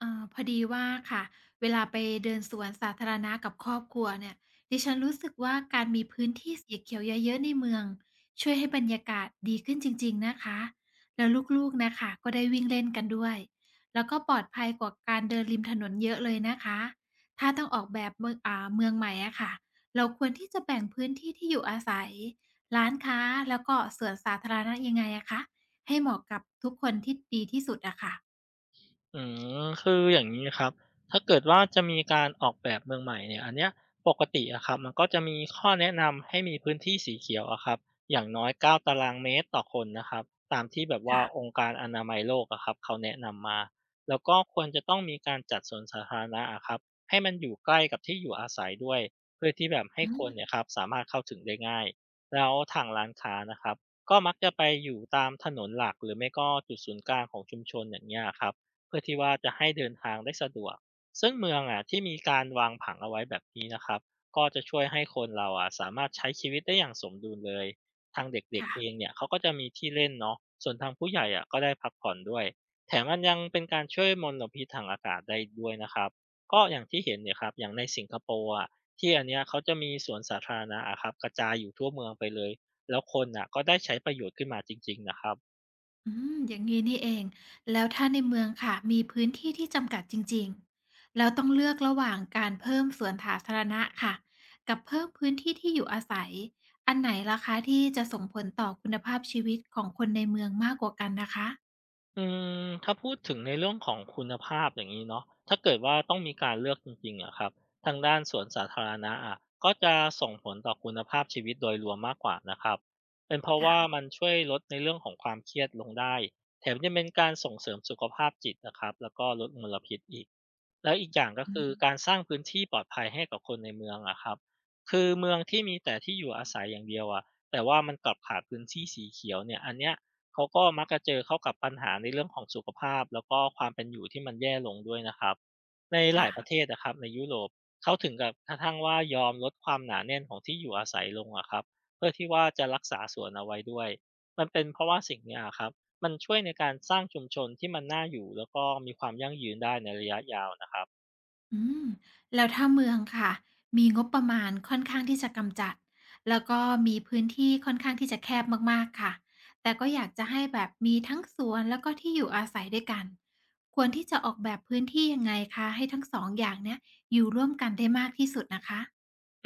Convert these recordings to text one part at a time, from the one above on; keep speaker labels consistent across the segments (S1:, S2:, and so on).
S1: พอดีว่าค่ะเวลาไปเดินสวนสาธารณะกับครอบครัวเนี่ยดิฉันรู้สึกว่าการมีพื้นที่สีเขียวเยอะๆในเมืองช่วยให้บรรยากาศดีขึ้นจริงๆนะคะแล้วลูกๆนะคะก็ได้วิ่งเล่นกันด้วยแล้วก็ปลอดภัยกว่าการเดินริมถนนเยอะเลยนะคะถ้าต้องออกแบบเมืองเมืองใหม่อะค่ะเราควรที่จะแบ่งพื้นที่ที่อยู่อาศัยร้านค้าแล้วก็สวนสาธารณะยังไงอะคะให้เหมาะกับทุกคนที่ดีที่สุดอะค่ะ
S2: อืคืออย่างนี้ครับถ้าเกิดว่าจะมีการออกแบบเมืองใหม่เนี่ยอันเนี้ยปกติอะครับมันก็จะมีข้อแนะนำให้มีพื้นที่สีเขียวอะครับอย่างน้อย9 ตารางเมตรต่อคนนะครับตามที่แบบว่าอ
S1: ค่ะ
S2: งค์การอนามัยโลกอะครับเขาแนะนำมาแล้วก็ควรจะต้องมีการจัดสวนสาธารณะอะครับให้มันอยู่ใกล้กับที่อยู่อาศัยด้วยเพื่อที่แบบให้
S1: อื
S2: ค
S1: ม
S2: นเนี่ยครับสามารถเข้าถึงได้ง่ายแล้วทางร้านค้านะครับก็มักจะไปอยู่ตามถนนหลักหรือไม่ก็จุดศูนย์กลางของชุมชนอย่างเงี้ยครับ เพื่อที่ว่าจะให้เดินทางได้สะดวกซึ่งเมืองอ่ะที่มีการวางผังเอาไว้แบบนี้นะครับก็จะช่วยให้คนเราอ่ะสามารถใช้ชีวิตได้อย่างสมดุลเลยทางเด็กๆเอง
S1: ค่ะ
S2: เนี่ยเขาก็จะมีที่เล่นเนาะส่วนทางผู้ใหญ่อ่ะก็ได้พักผ่อนด้วยแถมมันยังเป็นการช่วยมลพิษทางอากาศได้ด้วยนะครับก็อย่างที่เห็นเนี่ยครับอย่างในสิงคโปร์อ่ะที่อันเนี้ยเขาจะมีสวนสาธารณะอะครับกระจายอยู่ทั่วเมืองไปเลยแล้วคนอ่ะก็ได้ใช้ประโยชน์ขึ้นมาจริงๆนะครับ
S1: อืมอย่างนี้นี่เอง แล้วถ้าในเมืองค่ะมีพื้นที่ที่จำกัดจริงๆ แล้วต้องเลือกระหว่างการเพิ่มสวนสาธารณะค่ะกับเพิ่มพื้นที่ที่อยู่อาศัยอันไหนล่ะคะที่จะส่งผลต่อคุณภาพชีวิตของคนในเมืองมากกว่ากันนะคะ
S2: อืมถ้าพูดถึงในเรื่องของคุณภาพอย่างนี้เนาะถ้าเกิดว่าต้องมีการเลือกจริงๆอะครับทางด้านสวนสาธารณะอะก็จะส่งผลต่อคุณภาพชีวิตโดยรวมมากกว่านะครับเป็นเพราะ
S1: ค่ะ
S2: ว่ามันช่วยลดในเรื่องของความเครียดลงได้แถมยังเป็นการส่งเสริมสุขภาพจิตนะครับแล้วก็ลดมลพิษอีก แล้วอีกอย่างก็
S1: อื
S2: คื
S1: ม
S2: อการสร้างพื้นที่ปลอดภัยให้กับคนในเมืองอะครับคือเมืองที่มีแต่ที่อยู่อาศัยอย่างเดียวอะแต่ว่ามันกลับขาดพื้นที่สีเขียวเนี่ยอันเนี้ยเขาก็มักจะเจอเข้ากับปัญหาในเรื่องของสุขภาพแล้วก็ความเป็นอยู่ที่มันแย่ลงด้วยนะครับในหลา
S1: ค่ะ
S2: ยประเทศนะครับในยุโรปเขาถึงกับกระทั่งว่ายอมลดความหนาแน่นของที่อยู่อาศัยลงอะครับเพื่อที่ว่าจะรักษาสวนเอาไว้ด้วยมันเป็นเพราะว่าสิ่งเนี้ยอะครับ มันช่วยในการสร้างชุมชนที่มันน่าอยู่แล้วก็มีความยั่งยืนได้ในระยะยาวนะครับ
S1: อืมแล้วถ้าเมืองค่ะมีงบประมาณค่อนข้างที่จะกำจัดแล้วก็มีพื้นที่ค่อนข้างที่จะแคบมากๆค่ะแต่ก็อยากจะให้แบบมีทั้งสวนแล้วก็ที่อยู่อาศัยด้วยกันควรที่จะออกแบบพื้นที่ยังไงคะให้ทั้ง2องอย่างเนี้ยอยู่ร่วมกันได้มากที่สุดนะคะ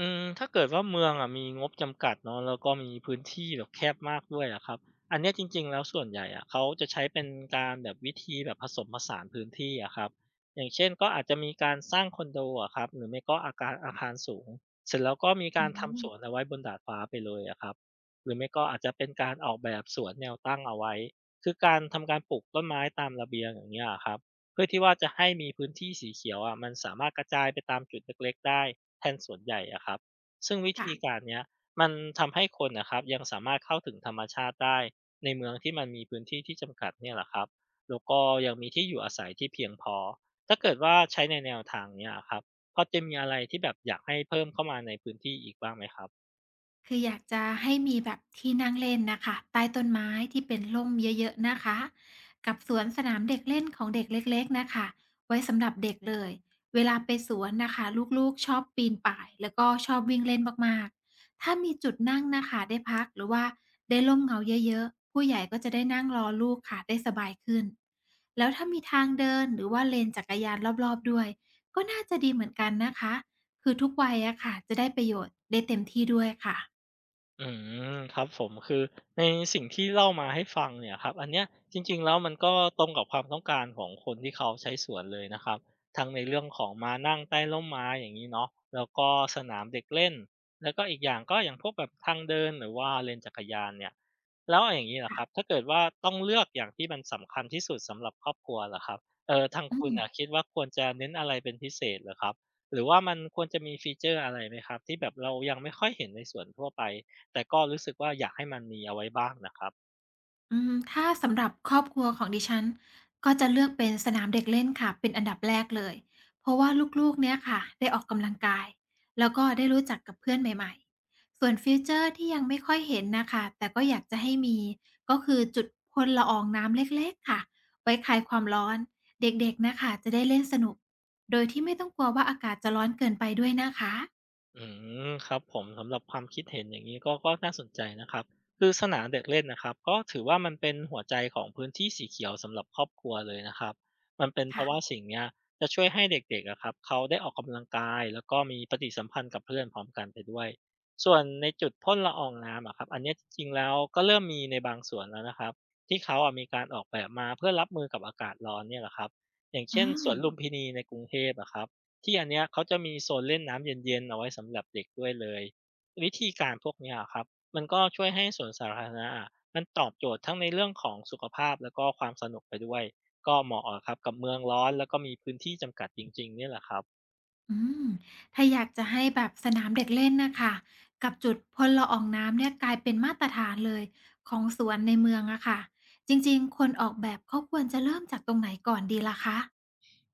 S2: อืมถ้าเกิดว่าเมืองอะมีงบจำกัดเนาะแล้วก็มีพื้นที่แบบแคบมากด้วยอะครับอันเนี้ยจริงๆแล้วส่วนใหญ่อะเขาจะใช้เป็นการแบบวิธีแบบผสมผสานพื้นที่อะครับอย่างเช่นก็อาจจะมีการสร้างคอนโดอะครับหรือไม่ก็อาคารสูงเสร็จแล้วก็มี
S1: อื
S2: การทำสวน
S1: ม
S2: เอาไว้บนดาดฟ้าไปเลยอะครับหรือไม่ก็อาจจะเป็นการออกแบบสวนแนวตั้งเอาไว้คือการทำการปลูกต้นไม้ตามระเบียงอย่างเงี้ยครับ เพื่อที่ว่าจะให้มีพื้นที่สีเขียวอะมันสามารถกระจายไปตามจุดเล็กๆได้แทนส่วนใหญ่อะครับซึ่งวิธี
S1: ค่ะ
S2: การเนี้ยมันทำให้คนนะครับยังสามารถเข้าถึงธรรมชาติได้ในเมืองที่มันมีพื้นที่ที่จำกัดเนี่ยแหละครับแล้วก็ยังมีที่อยู่อาศัยที่เพียงพอถ้าเกิดว่าใช้ในแนวทางเนี้ยอครับพอจะมีอะไรที่แบบอยากให้เพิ่มเข้ามาในพื้นที่อีกบ้างไหมครับ
S1: คืออยากจะให้มีแบบที่นั่งเล่นนะคะใต้ต้นไม้ที่เป็นร่มเยอะๆนะคะกับสวนสนามเด็กเล่นของเด็กเล็กๆนะคะไว้สำหรับเด็กเลยเวลาไปสวนนะคะลูกๆชอบปีนป่ายแล้วก็ชอบวิ่งเล่นมากๆถ้ามีจุดนั่งนะคะได้พักหรือว่าได้ร่มเงาเยอะๆผู้ใหญ่ก็จะได้นั่งรอลูกค่ะได้สบายขึ้นแล้วถ้ามีทางเดินหรือว่าเลนจักรยานรอบๆด้วยก็น่าจะดีเหมือนกันนะคะคือทุกวัยอะค่ะจะได้ประโยชน์ได้เต็มที่ด้วยค่ะ
S2: อืมครับผมคือในสิ่งที่เล่ามาให้ฟังเนี่ยครับอันเนี้ยจริงๆแล้วมันก็ตรงกับความต้องการของคนที่เขาใช้สวนเลยนะครับทั้งในเรื่องของมานั่งใต้ร่มไม้อย่างนี้เนาะแล้วก็สนามเด็กเล่นแล้วก็อีกอย่างก็อย่างพวกแบบทางเดินหรือว่าเลนจักรยานเนี่ยแล้วอย่างนี้ละครับ
S1: ค่ะ
S2: ถ้าเกิดว่าต้องเลือกอย่างที่มันสำคัญที่สุดสำหรับครอบครัวเหรอครับทาง
S1: อื
S2: คุ
S1: ม
S2: ณอะคิดว่าควรจะเน้นอะไรเป็นพิเศษเหรอครับหรือว่ามันควรจะมีฟีเจอร์อะไรไหมครับที่แบบเรายังไม่ค่อยเห็นในสวนทั่วไป แต่ก็รู้สึกว่าอยากให้มันมีเอาไว้บ้างนะครับ
S1: อืมถ้าสำหรับครอบครัวของดิฉันก็จะเลือกเป็นสนามเด็กเล่นค่ะเป็นอันดับแรกเลยเพราะว่าลูกๆเนี่ยค่ะได้ออกกำลังกายแล้วก็ได้รู้จักกับเพื่อนใหม่ๆส่วนฟีเจอร์ที่ยังไม่ค่อยเห็นน่ะค่ะแต่ก็อยากจะให้มีก็คือจุดพ่นละอองน้ำเล็กๆค่ะไว้คลายความร้อนเด็กๆน่ะค่ะจะได้เล่นสนุกโดยที่ไม่ต้องกลัวว่าอากาศจะร้อนเกินไปด้วยนะคะ
S2: อืครับผมสำหรับความคิดเห็นอย่างนี้ก็น่าสนใจนะครับคือสนามเด็กเล่นนะครับก็ถือว่ามันเป็นหัวใจของพื้นที่สีเขียวสำหรับครอบครัวเลยนะครับมันเป็นเพ
S1: ค่ะ
S2: ราะว่าสิ่งเนี้ยจะช่วยให้เด็กๆอะครับเขาได้ออกกำลังกายแล้วก็มีปฏิสัมพันธ์กับเพื่อนพร้อมกันไปด้วยส่วนในจุดพ่นละอองน้ำอะครับอันเนี้ยจริงๆแล้วก็เริ่มมีในบางส่วนแล้วนะครับที่เขาอะมีการออกแบบมาเพื่อรับมือกับอากาศร้อนเนี่ยแหละครับอย่างเช่
S1: อา
S2: นสวนลุมพินีในกรุงเทพอะครับ ที่อันเนี้ยเขาจะมีโซนเล่นน้ำเย็นๆเอาไว้สำหรับเด็กด้วยเลยวิธีการพวกเนี้ยอะครับมันก็ช่วยให้สวนสาธารณะอะมันตอบโจทย์ทั้งในเรื่องของสุขภาพแล้วก็ความสนุกไปด้วยก็เหมาะอะครับกับเมืองร้อนแล้วก็มีพื้นที่จำกัดจริงๆเนี่ยแหละครับ
S1: อืมถ้าอยากจะให้แบบสนามเด็กเล่นนะคะกับจุดพ่นละอองน้ำเนี่ยกลายเป็นมาตรฐานเลยของสวนในเมืองอะค่ะจริงๆคนออกแบบเขาควรจะเริ่มจากตรงไหนก่อนดีล่ะคะ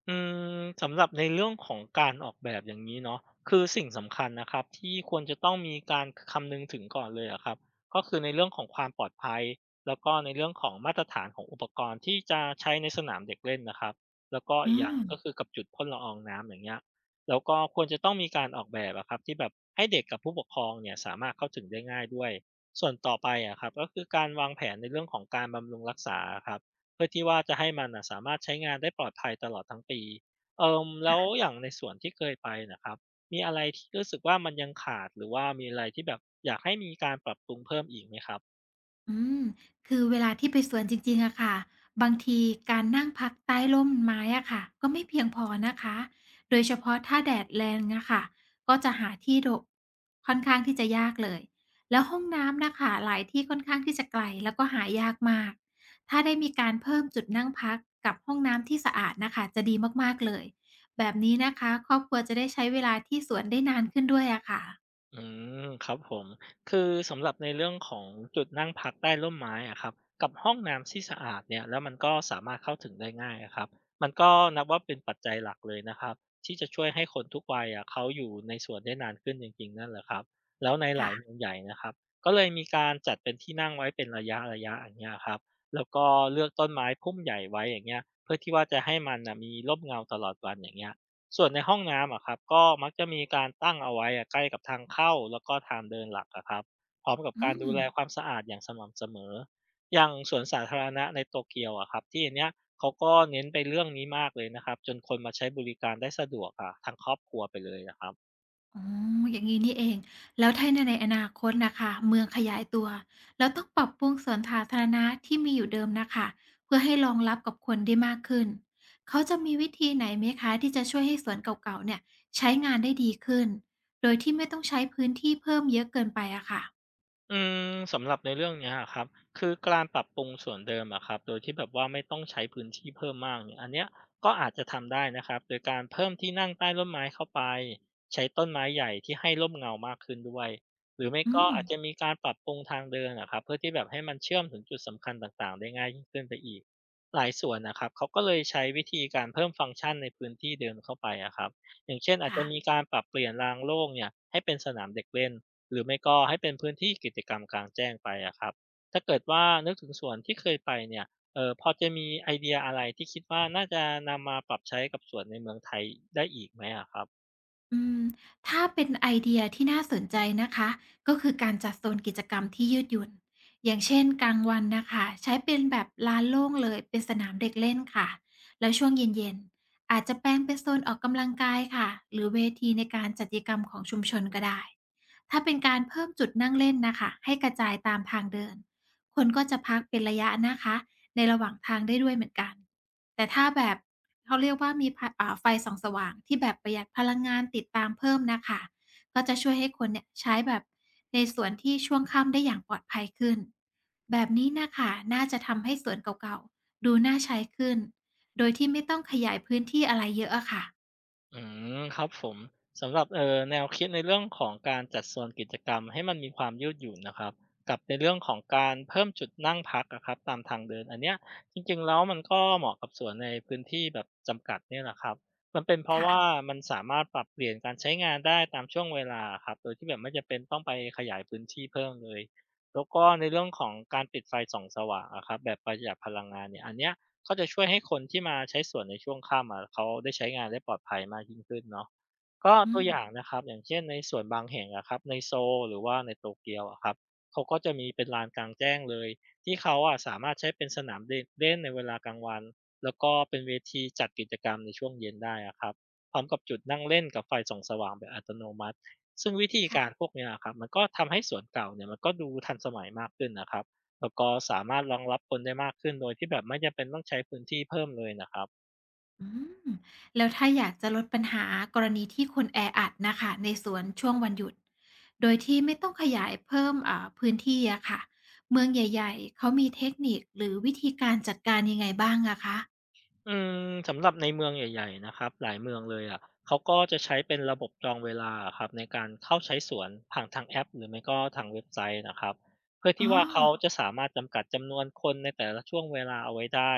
S2: อืสำหรับในเรื่องของการออกแบบอย่างนี้เนาะคือสิ่งสำคัญนะครับที่ควรจะต้องมีการคำนึงถึงก่อนเลยอะครับก็คือในเรื่องของความปลอดภัยแล้วก็ในเรื่องของมาตรฐานของอุปกรณ์ที่จะใช้ในสนามเด็กเล่นนะครับแล้วก็
S1: อื
S2: อีกอย่างก็
S1: ม
S2: คือกับจุดพ่นละอองน้ำอย่างเงี้ยแล้วก็ควรจะต้องมีการออกแบบอะครับที่แบบให้เด็กกับผู้ปกครองเนี่ยสามารถเข้าถึงได้ง่ายด้วยส่วนต่อไปอะครับก็คือการวางแผนในเรื่องของการบำรุงรักษาครับ เพื่อที่ว่าจะให้มันน่ะสามารถใช้งานได้ปลอดภัยตลอดทั้งปีแล้วอย่างในสวนที่เคยไปน่ะครับ มีอะไรที่รู้สึกว่ามันยังขาดหรือว่ามีอะไรที่แบบอยากให้มีการปรับปรุงเพิ่มอีกไหมครับ
S1: อืมคือเวลาที่ไปสวนจริงๆอะค่ะบางทีการนั่งพักใต้ร่มไม้อะค่ะก็ไม่เพียงพอนะคะโดยเฉพาะถ้าแดดแรงอะค่ะก็จะหาที่หลบค่อนข้างที่จะยากเลยแล้วห้องน้ำนะคะหลายที่ค่อนข้างที่จะไกลแล้วก็หายากมากถ้าได้มีการเพิ่มจุดนั่งพักกับห้องน้ำที่สะอาดนะคะจะดีมากๆเลยแบบนี้นะคะครอบครัวจะได้ใช้เวลาที่สวนได้นานขึ้นด้วยอะค่ะ
S2: อืครับผมคือสำหรับในเรื่องของจุดนั่งพักใต้ร่มไม้อะครับกับห้องน้ำที่สะอาดเนี่ยแล้วมันก็สามารถเข้าถึงได้ง่ายอะครับมันก็นับว่าเป็นปัจจัยหลักเลยนะครับที่จะช่วยให้คนทุกวัยอะเขาอยู่ในสวนได้นานขึ้นจริงๆนั่นแหละครับแล้วในหลายเมือ
S1: ค่ะ
S2: งใหญ่นะครับก็เลยมีการจัดเป็นที่นั่งไว้เป็นระยะอย่างเงี้ยครับแล้วก็เลือกต้นไม้พุ่มใหญ่ไว้อย่างเงี้ยเพื่อที่ว่าจะให้มันนะมีร่มเงาตลอดวันอย่างเงี้ย ส่วนในห้องน้ำอะครับก็มักจะมีการตั้งเอาไว้อะใกล้กับทางเข้าแล้วก็ทางเดินหลักอะครับพร้อมกับ
S1: อื
S2: การดู
S1: ม
S2: แลความสะอาดอย่างสม่ำเสมออย่างสวนสาธารณะในโตเกียวอะครับที่อันเนี้ยเขาก็เน้นไปเรื่องนี้มากเลยนะครับจนคนมาใช้บริการได้สะดวกอะทั้งครอบครัวไปเลยนะครับ
S1: อ๋ออย่างนี้นี่เองแล้วถ้าในในอนาคตนะคะเมืองขยายตัวแล้วต้องปรับปรุงสวนสาธารณะที่มีอยู่เดิมนะคะเพื่อให้รองรับกับคนได้มากขึ้นเขาจะมีวิธีไหนไหมคะที่จะช่วยให้สวนเก่าๆเนี่ยใช้งานได้ดีขึ้นโดยที่ไม่ต้องใช้พื้นที่เพิ่มเยอะเกินไปอะค่ะ
S2: อืสำหรับในเรื่องเนี้ยอะครับคือการปรับปรุงส่วนเดิมอะครับโดยที่แบบว่าไม่ต้องใช้พื้นที่เพิ่มมากเนี่ยอันเนี้ยก็อาจจะทำได้นะครับโดยการเพิ่มที่นั่งใต้ร่มไม้เข้าไปใช้ต้นไม้ใหญ่ที่ให้ร่มเงามากขึ้นด้วยหรือไม่
S1: อื
S2: ก็
S1: ม
S2: อาจจะมีการปรับปรุงทางเดินนะครับเพื่อที่แบบให้มันเชื่อมถึงจุดสำคัญต่างๆได้ง่ายยิ่งขึ้นไปอีกหลายส่วนนะครับเขาก็เลยใช้วิธีการเพิ่มฟังก์ชันในพื้นที่เดิมเข้าไปอะครับอย่างเช่นอาจจะ
S1: ค่ะ
S2: มีการปรับเปลี่ยนรางโล่งเนี่ยให้เป็นสนามเด็กเล่น หรือไม่ก็ให้เป็นพื้นที่กิจกรรมกลางแจ้งไปอะครับถ้าเกิดว่านึกถึงสวนที่เคยไปเนี่ยเออพอจะมีไอเดียอะไรที่คิดว่าน่าจะนำมาปรับใช้กับสวนในเมืองไทยได้อีกไหมอะครับ
S1: อืมถ้าเป็นไอเดียที่น่าสนใจนะคะก็คือการจัดโซนกิจกรรมที่ยืดหยุ่นอย่างเช่นกลางวันนะคะใช้เป็นแบบลานโล่งเลยเป็นสนามเด็กเล่นค่ะแล้วช่วงเย็นๆอาจจะแปลงเป็นโซนออกกำลังกายค่ะหรือเวทีในการจัดกิจกรรมของชุมชนก็ได้ถ้าเป็นการเพิ่มจุดนั่งเล่นนะคะให้กระจายตามทางเดินคนก็จะพักเป็นระยะนะคะในระหว่างทางได้ด้วยเหมือนกันแต่ถ้าแบบ เขาเรียกว่ามีพะอ่าไฟส่องสว่างที่แบบประหยัดพลังงานติดตามเพิ่มน่ะค่ะก็จะช่วยให้คนเนี่ยใช้แบบในส่วนที่ช่วงค่ำได้อย่างปลอดภัยขึ้นแบบนี้น่ะค่ะน่าจะทำให้สวนเก่าๆดูน่าใช้ขึ้นโดยที่ไม่ต้องขยายพื้นที่อะไรเยอะอะค่ะ
S2: อืครับผมสำหรับแนวคิดในเรื่องของการจัดโซนกิจกรรมให้มันมีความยืดหยุ่นนะครับกับในเรื่องของการเพิ่มจุดนั่งพักอะครับตามทางเดินอันเนี้ยจริงๆแล้วมันก็เหมาะกับสวนในพื้นที่แบบจำกัดเนี่ยแหละครับมันเป็นเพราะว่า
S1: ค่ะ
S2: มันสามารถปรับเปลี่ยนการใช้งานได้ตามช่วงเวลาครับโดยที่แบบไม่จำเป็นต้องไปขยายพื้นที่เพิ่มเลยแล้วก็ในเรื่องของการปิดไฟส่องสว่างอะครับแบบประหยัดพลังงานเนี่ยอันเนี้ย ก็จะช่วยให้คนที่มาใช้สวนในช่วงค่ำอะเขาได้ใช้งานได้ปลอดภัยมากยิ่งขึ้นเนาะก็
S1: อื
S2: ตัว
S1: ม
S2: อย่างนะครับอย่างเช่นในสวนบางแห่งอะครับในโซลหรือว่าในโตเกียวอะครับเขาก็จะมีเป็นลานกลางแจ้งเลยที่เขาอะสามารถใช้เป็นสนามเด็กเล่นในเวลากลางวันแล้วก็เป็นเวทีจัดกิจกรรมในช่วงเย็นได้อะครับพร้อมกับจุดนั่งเล่นกับไฟส่องสว่างแบบอัตโนมัติซึ่งวิธีการพวกเนี้ยอะครับมันก็ทำให้สวนเก่าเนี่ยมันก็ดูทันสมัยมากขึ้นนะครับ แล้วก็สามารถรองรับคนได้มากขึ้นโดยที่แบบไม่จำเป็นต้องใช้พื้นที่เพิ่มเลยนะครับ
S1: อืมแล้วถ้าอยากจะลดปัญหากรณีที่คนแออัดนะคะในสวนช่วงวันหยุดโดยที่ไม่ต้องขยายเพิ่มพื้นที่อะค่ะเมืองใหญ่ๆเขามีเทคนิคหรือวิธีการจัดการยังไงบ้างอะคะ
S2: อืมสำหรับในเมืองใหญ่ๆนะครับหลายเมืองเลยอะเขาก็จะใช้เป็นระบบจองเวลาครับในการเข้าใช้สวนผ่านทางแอปหรือไม่ก็ทางเว็บไซต์นะครับเพื่อ
S1: อ๋
S2: ที่
S1: อ
S2: ว่าเขาจะสามารถจำกัดจำนวนคนในแต่ละช่วงเวลาเอาไว้ได้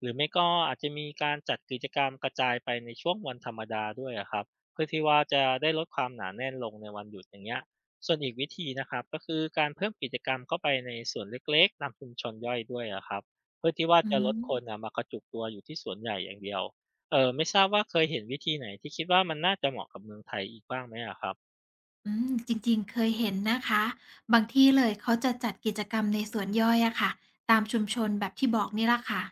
S2: หรือไม่ก็อาจจะมีการจัดกิจกรรมกระจายไปในช่วงวันธรรมดาด้วยอะครับเพื่อที่ว่าจะได้ลดความหนาแน่นลงในวันหยุดอย่างเงี้ยส่วนอีกวิธีนะครับก็คือการเพิ่มกิจกรรมเข้าไปในส่วนเล็กๆตามชุมชนย่อยด้วยอะครับ เพื่อที่ว่า
S1: อื
S2: จะลดคนน่ะ
S1: ม
S2: มากระจุกตัวอยู่ที่สวนใหญ่อย่างเดียวไม่ทราบว่าเคยเห็นวิธีไหนที่คิดว่ามันน่าจะเหมาะกับเมืองไทยอีกบ้างไหมอะครับ
S1: จริงๆ เคยเห็นนะคะบางที่เลยเขาจะจัดกิจกรรมในสวนย่อยอะค่ะตามชุมชนแบบที่บอกนี่ล่ะค่ะ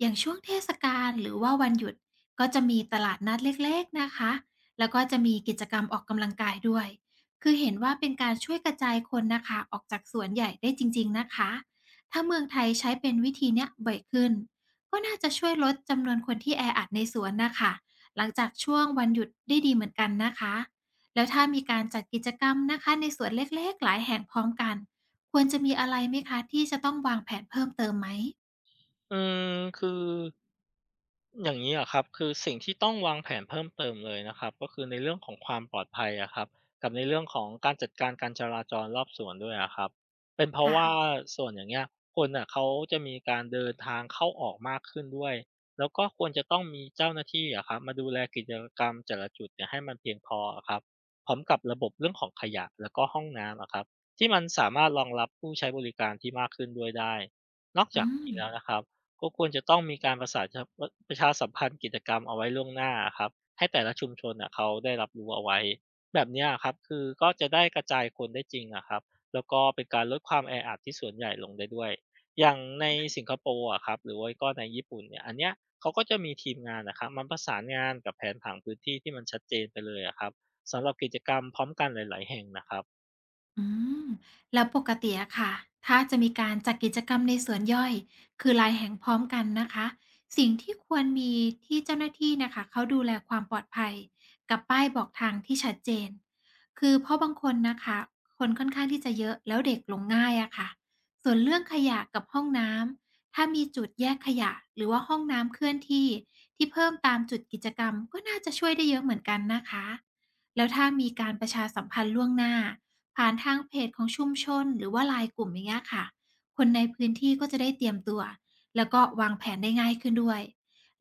S1: อย่างช่วงเทศกาลหรือว่าวันหยุดก็จะมีตลาดนัดเล็กๆนะคะแล้วก็จะมีกิจกรรมออกกำลังกายด้วยคือเห็นว่าเป็นการช่วยกระจายคนนะคะออกจากสวนใหญ่ได้จริงๆนะคะถ้าเมืองไทยใช้เป็นวิธีเนี้ยบ่อยขึ้นก็น่าจะช่วยลดจำนวนคนที่แออัดในสวนนะค่ะหลังจากช่วงวันหยุดได้ดีเหมือนกันนะคะ แล้วถ้ามีการจัดกิจกรรมนะคะในส่วนเล็กๆหลายแห่งพร้อมกันควรจะมีอะไรไหมคะที่จะต้องวางแผนเพิ่มเติมไหม
S2: อืมคืออย่างนี้อะครับคือสิ่งที่ต้องวางแผนเพิ่มเติมเลยนะครับก็คือในเรื่องของความปลอดภัยอะครับกับในเรื่องของการจัดการการจราจรรอบสวนด้วยอะครับเป็นเพราะ
S1: ค่ะ
S2: ว่าส่วนอย่างเงี้ยคนน่ะเขาจะมีการเดินทางเข้าออกมากขึ้นด้วยแล้วก็ควรจะต้องมีเจ้าหน้าที่อะครับมาดูแลกิจกรรมแต่ละจุดเนี่ยให้มันเพียงพออะครับพร้อมกับระบบเรื่องของขยะแล้วก็ห้องน้ำอะครับที่มันสามารถรองรับผู้ใช้บริการที่มากขึ้นด้วยได้นอก
S1: อื
S2: จาก
S1: ม
S2: นี้แล้วนะครับ ก็ควรจะต้องมีการประชาสัมพันธ์กิจกรรมเอาไว้ล่วงหน้าอะครับให้แต่ละชุมชนน่ะเขาได้รับรู้เอาไว้แบบเนี้ยอะครับคือก็จะได้กระจายคนได้จริงอะครับแล้วก็เป็นการลดความแออัดที่ส่วนใหญ่ลงได้ด้วยอย่างในสิงคโปร์อะครับหรือว่าก็ในญี่ปุ่นเนี่ยอันเนี้ยเขาก็จะมีทีมงานนะครับมันประสานงานกับแผนผังพื้นที่ที่มันชัดเจนไปเลยอะครับสำหรับกิจกรรมพร้อมกันหลายๆแห่งนะครับ
S1: อืมแล้วปกติอะค่ะถ้าจะมีการจัดกิจกรรมในสวนย่อยคือหลายแห่งพร้อมกันนะคะสิ่งที่ควรมีที่เจ้าหน้าที่นะคะเขาดูแลความปลอดภัยกับป้ายบอกทางที่ชัดเจนคือเพราะบางคนนะคะคนค่อนข้างที่จะเยอะแล้วเด็กหลงง่ายอะค่ะส่วนเรื่องขยะกับห้องน้ำถ้ามีจุดแยกขยะหรือว่าห้องน้ำเคลื่อนที่ที่เพิ่มตามจุดกิจกรรมก็น่าจะช่วยได้เยอะเหมือนกันนะคะแล้วถ้ามีการประชาสัมพันธ์ล่วงหน้า ผ่านทางเพจของชุมชนหรือว่าไลน์กลุ่มอย่างเงี้ยค่ะคนในพื้นที่ก็จะได้เตรียมตัวแล้วก็วางแผนได้ง่ายขึ้นด้วย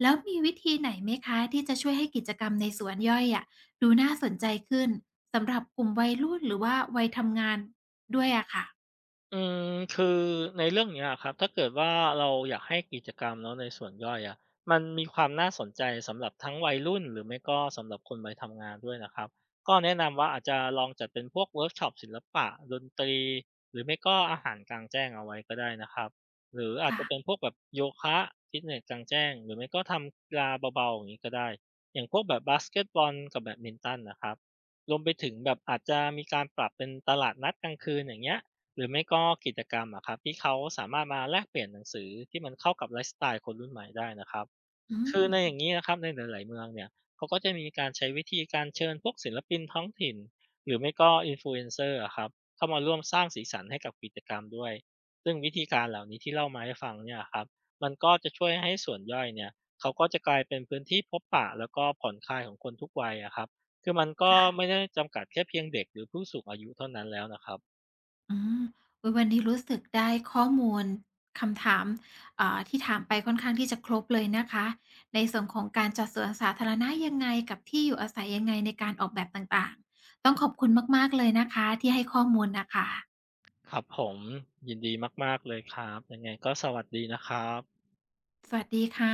S1: แล้วมีวิธีไหนไหมคะที่จะช่วยให้กิจกรรมในสวนย่อยอะดูน่าสนใจขึ้นสำหรับกลุ่มวัยรุ่นหรือว่าวัยทำงานด้วยอะค่ะ
S2: อืมคือในเรื่องเนี้ยะครับถ้าเกิดว่าเราอยากให้กิจกรรมเนาะในส่วนย่อยอะมันมีความน่าสนใจสำหรับทั้งวัยรุ่นหรือไม่ก็สำหรับคนวัยทำงานด้วยนะครับก็แนะนำว่าอาจจะลองจัดเป็นพวกเวิร์กช็อปศิลปะดนตรีหรือไม่ก็อาหารกลางแจ้งเอาไว้ก็ได้นะครับหรืออาจ
S1: ค่ะ
S2: จะเป็นพวกแบบโยคะฟิตเนสกลางแจ้งหรือไม่ก็ทำกีฬาเบาๆอย่างนี้ก็ได้อย่างพวกแบบบาสเกตบอลกับแบดมินตันนะครับรวมไปถึงแบบอาจจะมีการปรับเป็นตลาดนัดกลางคืนอย่างเงี้ย หรือไม่ก็กิจกรรมอะครับที่เขาสามารถมาแลกเปลี่ยนหนังสือที่มันเข้ากับไลฟ์สไตล์คนรุ่นใหม่ได้นะครับ
S1: อื
S2: คื
S1: ม
S2: อในอย่างนี้นะครับในหลายๆเมืองเนี่ยเขาก็จะมีการใช้วิธีการเชิญพวกศิลปินท้องถิ่นหรือไม่ก็อินฟลูเอนเซอร์ครับเข้ามาร่วมสร้างสีสันให้กับกิจกรรมด้วยซึ่งวิธีการเหล่านี้ที่เล่ามาให้ฟังเนี่ยครับมันก็จะช่วยให้ส่วนย่อยเนี่ยเขาก็จะกลายเป็นพื้นที่พบปะแล้วก็ผ่อนคลายของคนทุกวัยอะครับคือมันก็
S1: ค่ะ
S2: ไม่ได้จำกัดแค่เพียงเด็กหรือผู้สูงอายุเท่านั้นแล้วนะครับ
S1: อืมอุ๊ยวันนี้รู้สึกได้ข้อมูลคำถามที่ถามไปค่อนข้างที่จะครบเลยนะคะในส่วนของการจัดสวนสาธารณะยังไงกับที่อยู่อาศัยยังไงในการออกแบบต่างๆต้องขอบคุณมากๆเลยนะคะที่ให้ข้อมูลนะคะ
S2: ครับผมยินดีมากๆเลยครับยังไงก็สวัสดีนะครับ
S1: สวัสดีค่ะ